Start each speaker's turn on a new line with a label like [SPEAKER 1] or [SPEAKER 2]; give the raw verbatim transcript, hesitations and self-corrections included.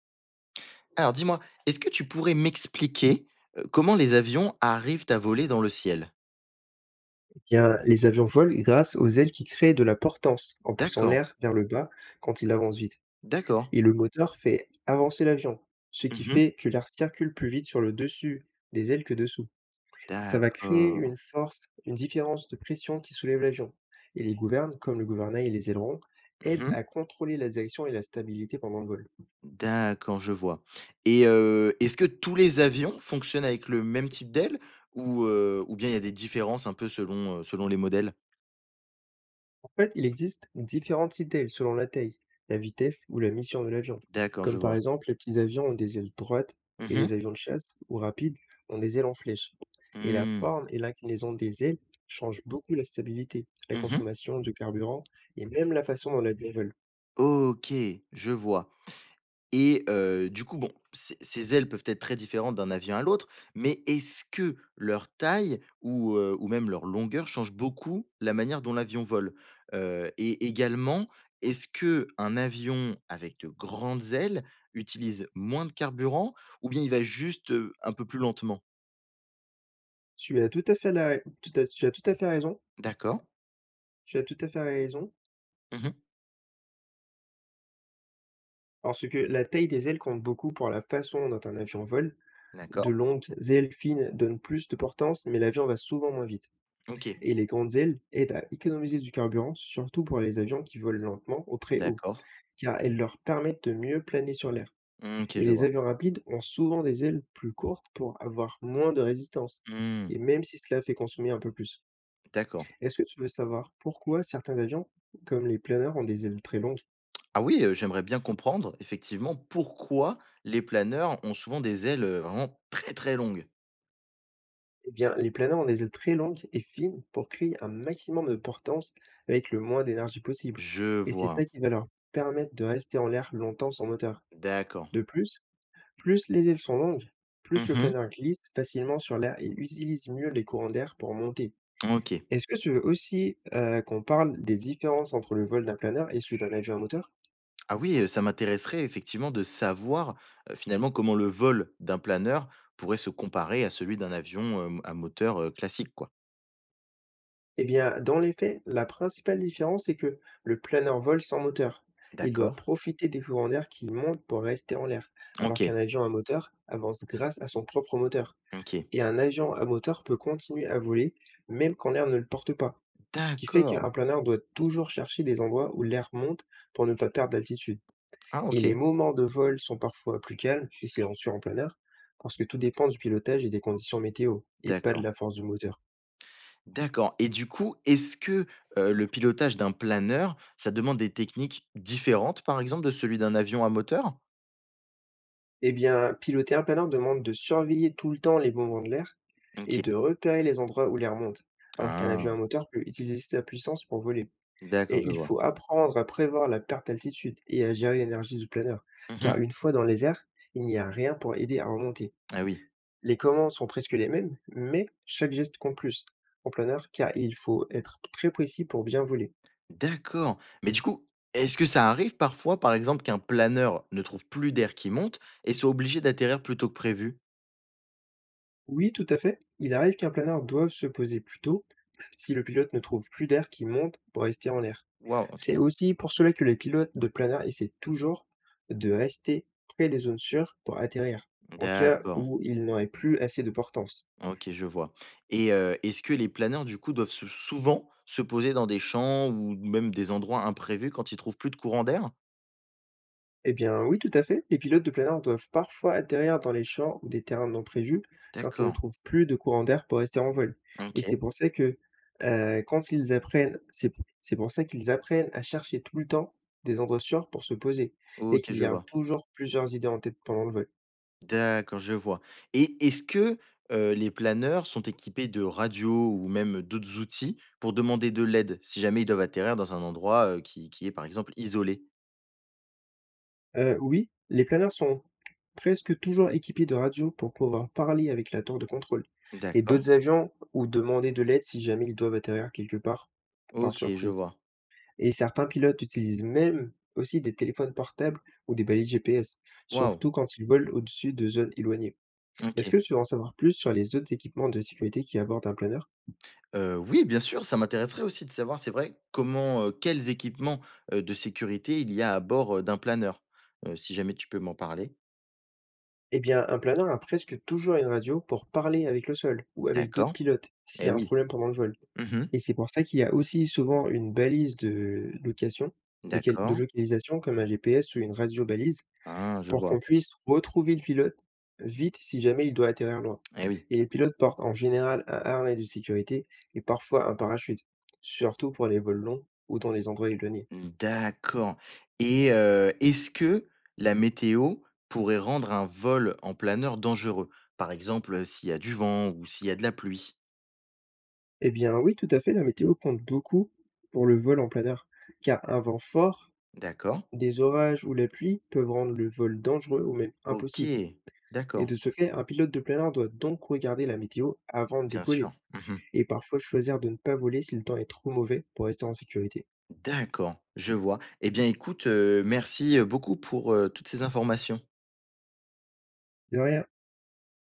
[SPEAKER 1] Alors dis-moi, est-ce que tu pourrais m'expliquer, heu, comment les avions arrivent à voler dans le ciel?
[SPEAKER 2] Bien, les avions volent grâce aux ailes qui créent de la portance en poussant
[SPEAKER 1] D'accord,
[SPEAKER 2] l'air vers le bas quand il avance vite.
[SPEAKER 1] d'accord.
[SPEAKER 2] Et le moteur fait avancer l'avion, ce qui
[SPEAKER 1] Mmh.
[SPEAKER 2] fait que l'air circule plus vite sur le dessus des ailes que dessous. Ça va créer
[SPEAKER 1] D'accord.
[SPEAKER 2] une force, une différence de pression qui soulève l'avion. Et les gouvernes, comme le gouvernail et les ailerons, aident
[SPEAKER 1] Mmh.
[SPEAKER 2] à contrôler la direction et la stabilité pendant le vol.
[SPEAKER 1] D'accord, je vois. Et heu, est-ce que tous les avions fonctionnent avec le même type d'aile ou heu, ou bien il y a des différences un peu selon, heu, selon les modèles?
[SPEAKER 2] En fait, il existe différents types d'ailes selon la taille, la vitesse ou la mission de l'avion.
[SPEAKER 1] D'accord,
[SPEAKER 2] Comme
[SPEAKER 1] je
[SPEAKER 2] par
[SPEAKER 1] vois.
[SPEAKER 2] exemple, les petits avions ont des ailes droites et
[SPEAKER 1] Mhm.
[SPEAKER 2] les avions de chasse ou rapides ont des ailes en flèche.
[SPEAKER 1] Mh.
[SPEAKER 2] Et la
[SPEAKER 1] Mmh.
[SPEAKER 2] forme et l'inclinaison des ailes changent beaucoup la stabilité, la
[SPEAKER 1] Mmh.
[SPEAKER 2] consommation de carburant et même la façon dont l'avion vole.
[SPEAKER 1] OK, je vois. Et heu, du coup, bon, ces ces ailes peuvent être très différentes d'un avion à l'autre, mais est-ce que leur taille ou, heu, ou même leur longueur change beaucoup la manière dont l'avion vole? Heu et également, est-ce que un avion avec de grandes ailes utilise moins de carburant ou bien il va juste, heu, un peu plus lentement?
[SPEAKER 2] Tu as tout à fait la... tout à- tu as tout à fait raison.
[SPEAKER 1] D'accord.
[SPEAKER 2] Tu as tout à fait raison.
[SPEAKER 1] Mmh.
[SPEAKER 2] Parce que la taille des ailes compte beaucoup pour la façon dont un avion vole. De
[SPEAKER 1] D'accord.
[SPEAKER 2] longues ailes fines donnent plus de portance, mais l'avion va souvent moins vite.
[SPEAKER 1] OK.
[SPEAKER 2] Et les grandes ailes aident à économiser du carburant, surtout pour les avions qui volent lentement ou très haut,
[SPEAKER 1] D'accord.
[SPEAKER 2] car elles leur permettent de mieux planer sur l'air.
[SPEAKER 1] Mmh, OK,
[SPEAKER 2] Et
[SPEAKER 1] je
[SPEAKER 2] les
[SPEAKER 1] vois.
[SPEAKER 2] avions rapides ont souvent des ailes plus courtes pour avoir moins de résistance,
[SPEAKER 1] Mmh.
[SPEAKER 2] et même si cela fait consommer un peu plus.
[SPEAKER 1] D'accord.
[SPEAKER 2] Est-ce que tu veux savoir pourquoi certains avions, comme les planeurs, ont des ailes très longues?
[SPEAKER 1] Ah oui, heu, j'aimerais bien comprendre effectivement pourquoi les planeurs ont souvent des ailes, heu, vraiment très, très longues.
[SPEAKER 2] Eh bien, les planeurs ont des ailes très longues et fines pour créer un maximum de portance avec le moins d'énergie possible.
[SPEAKER 1] Je
[SPEAKER 2] Et c'est
[SPEAKER 1] vois.
[SPEAKER 2] ça qui va leur permettre de rester en l'air longtemps sans moteur.
[SPEAKER 1] D'accord.
[SPEAKER 2] De plus, plus les ailes sont longues, plus le
[SPEAKER 1] Mmh.
[SPEAKER 2] planeur glisse facilement sur l'air et utilise mieux les courants d'air pour monter.
[SPEAKER 1] OK.
[SPEAKER 2] Est-ce que tu veux aussi euh, qu'on parle des différences entre le vol d'un planeur et celui d'un avion à moteur?
[SPEAKER 1] Ah oui, heu, ça m'intéresserait effectivement de savoir, heu, finalement comment le vol d'un planeur pourrait se comparer à celui d'un avion, hem, à moteur, heu, classique quoi.
[SPEAKER 2] Eh bien, dans les faits, la principale différence, c'est que le planeur vole sans moteur. Il doit
[SPEAKER 1] D'accord.
[SPEAKER 2] profiter des courants d'air qui montent pour rester en l'air, alors
[SPEAKER 1] OK,
[SPEAKER 2] qu'un avion à moteur avance grâce à son propre moteur.
[SPEAKER 1] OK.
[SPEAKER 2] Et un avion à moteur peut continuer à voler même quand l'air ne le porte pas. Ce qui fait
[SPEAKER 1] D'accord.
[SPEAKER 2] qu'un planeur doit toujours chercher des endroits où l'air monte pour ne pas perdre d'altitude.
[SPEAKER 1] Ah
[SPEAKER 2] Et les
[SPEAKER 1] OK,
[SPEAKER 2] moments de vol sont parfois plus calmes et silencieux en planeur, parce que tout dépend du pilotage et des conditions météo, et pas de
[SPEAKER 1] d'accord.
[SPEAKER 2] la force du moteur.
[SPEAKER 1] D'accord et du coup, est-ce que, heu, le pilotage d'un planeur, ça demande des techniques différentes, par exemple, de celui d'un avion à moteur?
[SPEAKER 2] Eh bien, piloter un planeur demande de surveiller tout le temps les mouvements de l'air et
[SPEAKER 1] OK.
[SPEAKER 2] de repérer les endroits où l'air monte, alors qu'un
[SPEAKER 1] Ah,
[SPEAKER 2] avion à moteur peut utiliser sa puissance pour voler.
[SPEAKER 1] d'accord,
[SPEAKER 2] Et
[SPEAKER 1] je
[SPEAKER 2] il
[SPEAKER 1] vois.
[SPEAKER 2] faut apprendre à prévoir la perte d'altitude et à gérer l'énergie du planeur, car
[SPEAKER 1] Mmh.
[SPEAKER 2] une fois dans les airs, il n'y a rien pour aider à remonter.
[SPEAKER 1] Ah oui.
[SPEAKER 2] Les commandes sont presque les mêmes, mais chaque geste compte plus en planeur, car il faut être très précis pour bien voler.
[SPEAKER 1] D'accord. Mais du coup, est-ce que ça arrive parfois, par exemple, qu'un planeur ne trouve plus d'air qui monte et soit obligé d'atterrir plus tôt que prévu?
[SPEAKER 2] Oui, tout à fait. Il arrive qu'un planeur doive se poser plus tôt si le pilote ne trouve plus d'air qui monte pour rester en l'air.
[SPEAKER 1] Waouh,
[SPEAKER 2] C'est
[SPEAKER 1] OK.
[SPEAKER 2] aussi pour cela que les pilotes de planeur essaient toujours de rester près des zones sûres pour atterrir, en cas
[SPEAKER 1] D'accord.
[SPEAKER 2] où il n'aurait plus assez de portance.
[SPEAKER 1] OK, je vois. Et heu, est-ce que les planeurs, du coup, doivent se souvent se poser dans des champs ou même des endroits imprévus quand ils trouvent plus de courant d'air?
[SPEAKER 2] Eh bien, oui, tout à fait. Les pilotes de plein air doivent parfois atterrir dans les champs ou des terrains non prévus quand ils ne
[SPEAKER 1] D'accord.
[SPEAKER 2] trouvent plus de courant d'air pour rester en vol. Et
[SPEAKER 1] OK.
[SPEAKER 2] c'est pour ça que euh, quand ils apprennent, c'est c'est pour ça qu'ils apprennent à chercher tout le temps des endroits sûrs pour se poser et
[SPEAKER 1] OK,
[SPEAKER 2] qu'il
[SPEAKER 1] je
[SPEAKER 2] y a
[SPEAKER 1] vois.
[SPEAKER 2] toujours plusieurs idées en tête pendant le vol.
[SPEAKER 1] D'accord, je vois. Et est-ce que, heu, les planeurs sont équipés de radios ou même d'autres outils pour demander de l'aide, si jamais ils doivent atterrir dans un endroit, heu, qui qui est, par exemple, isolé?
[SPEAKER 2] Euh, oui, les planeurs sont presque toujours équipés de radios pour pouvoir parler avec la tour de contrôle et
[SPEAKER 1] D'accord.
[SPEAKER 2] d'autres avions ou demander de l'aide si jamais ils doivent atterrir quelque part par
[SPEAKER 1] OK, je
[SPEAKER 2] surprise.
[SPEAKER 1] vois.
[SPEAKER 2] Et certains pilotes utilisent même aussi des téléphones portables ou des balises G P S,
[SPEAKER 1] Waouh!
[SPEAKER 2] surtout quand ils volent au-dessus de zones éloignées. Est-ce
[SPEAKER 1] OK.
[SPEAKER 2] que tu veux en savoir plus sur les autres équipements de sécurité qui abordent un planeur?
[SPEAKER 1] Heu, oui, bien sûr, ça m'intéresserait aussi de savoir, c'est vrai, comment, heu, quels équipements, heu, de sécurité il y a à bord, heu, d'un planeur? Heu, si jamais tu peux m'en parler?
[SPEAKER 2] Eh bien, un planeur a presque toujours une radio pour parler avec le sol ou avec d'autres
[SPEAKER 1] D'accord.
[SPEAKER 2] pilotes s'il
[SPEAKER 1] Eh
[SPEAKER 2] y a un
[SPEAKER 1] oui.
[SPEAKER 2] problème pendant le vol.
[SPEAKER 1] Mmh.
[SPEAKER 2] Et c'est pour ça qu'il y a aussi souvent une balise de location, de, quel- de
[SPEAKER 1] D'accord.
[SPEAKER 2] localisation comme un G P S ou une radio balise
[SPEAKER 1] Ah, je
[SPEAKER 2] pour
[SPEAKER 1] vois.
[SPEAKER 2] qu'on puisse retrouver le pilote vite si jamais il doit atterrir loin.
[SPEAKER 1] Eh oui.
[SPEAKER 2] Et les pilotes portent en général un harnais de sécurité et parfois un parachute, surtout pour les vols longs ou dans les endroits éloignés.
[SPEAKER 1] D'accord et heu, est-ce que la météo pourrait rendre un vol en planeur dangereux? Par exemple, s'il y a du vent ou s'il y a de la pluie?
[SPEAKER 2] Eh bien oui, tout à fait, la météo compte beaucoup pour le vol en plein air, car un vent fort,
[SPEAKER 1] D'accord.
[SPEAKER 2] des orages ou la pluie peuvent rendre le vol dangereux ou même
[SPEAKER 1] OK.
[SPEAKER 2] impossible. Et
[SPEAKER 1] D'accord.
[SPEAKER 2] de ce fait, un pilote de plein air doit donc regarder la météo avant de
[SPEAKER 1] Bien
[SPEAKER 2] décoller,
[SPEAKER 1] sûr. Mmh.
[SPEAKER 2] et parfois choisir de ne pas voler si le temps est trop mauvais pour rester en sécurité.
[SPEAKER 1] D'accord, je vois. Eh bien écoute, heu, merci, beaucoup pour, heu, toutes ces informations.
[SPEAKER 2] De rien.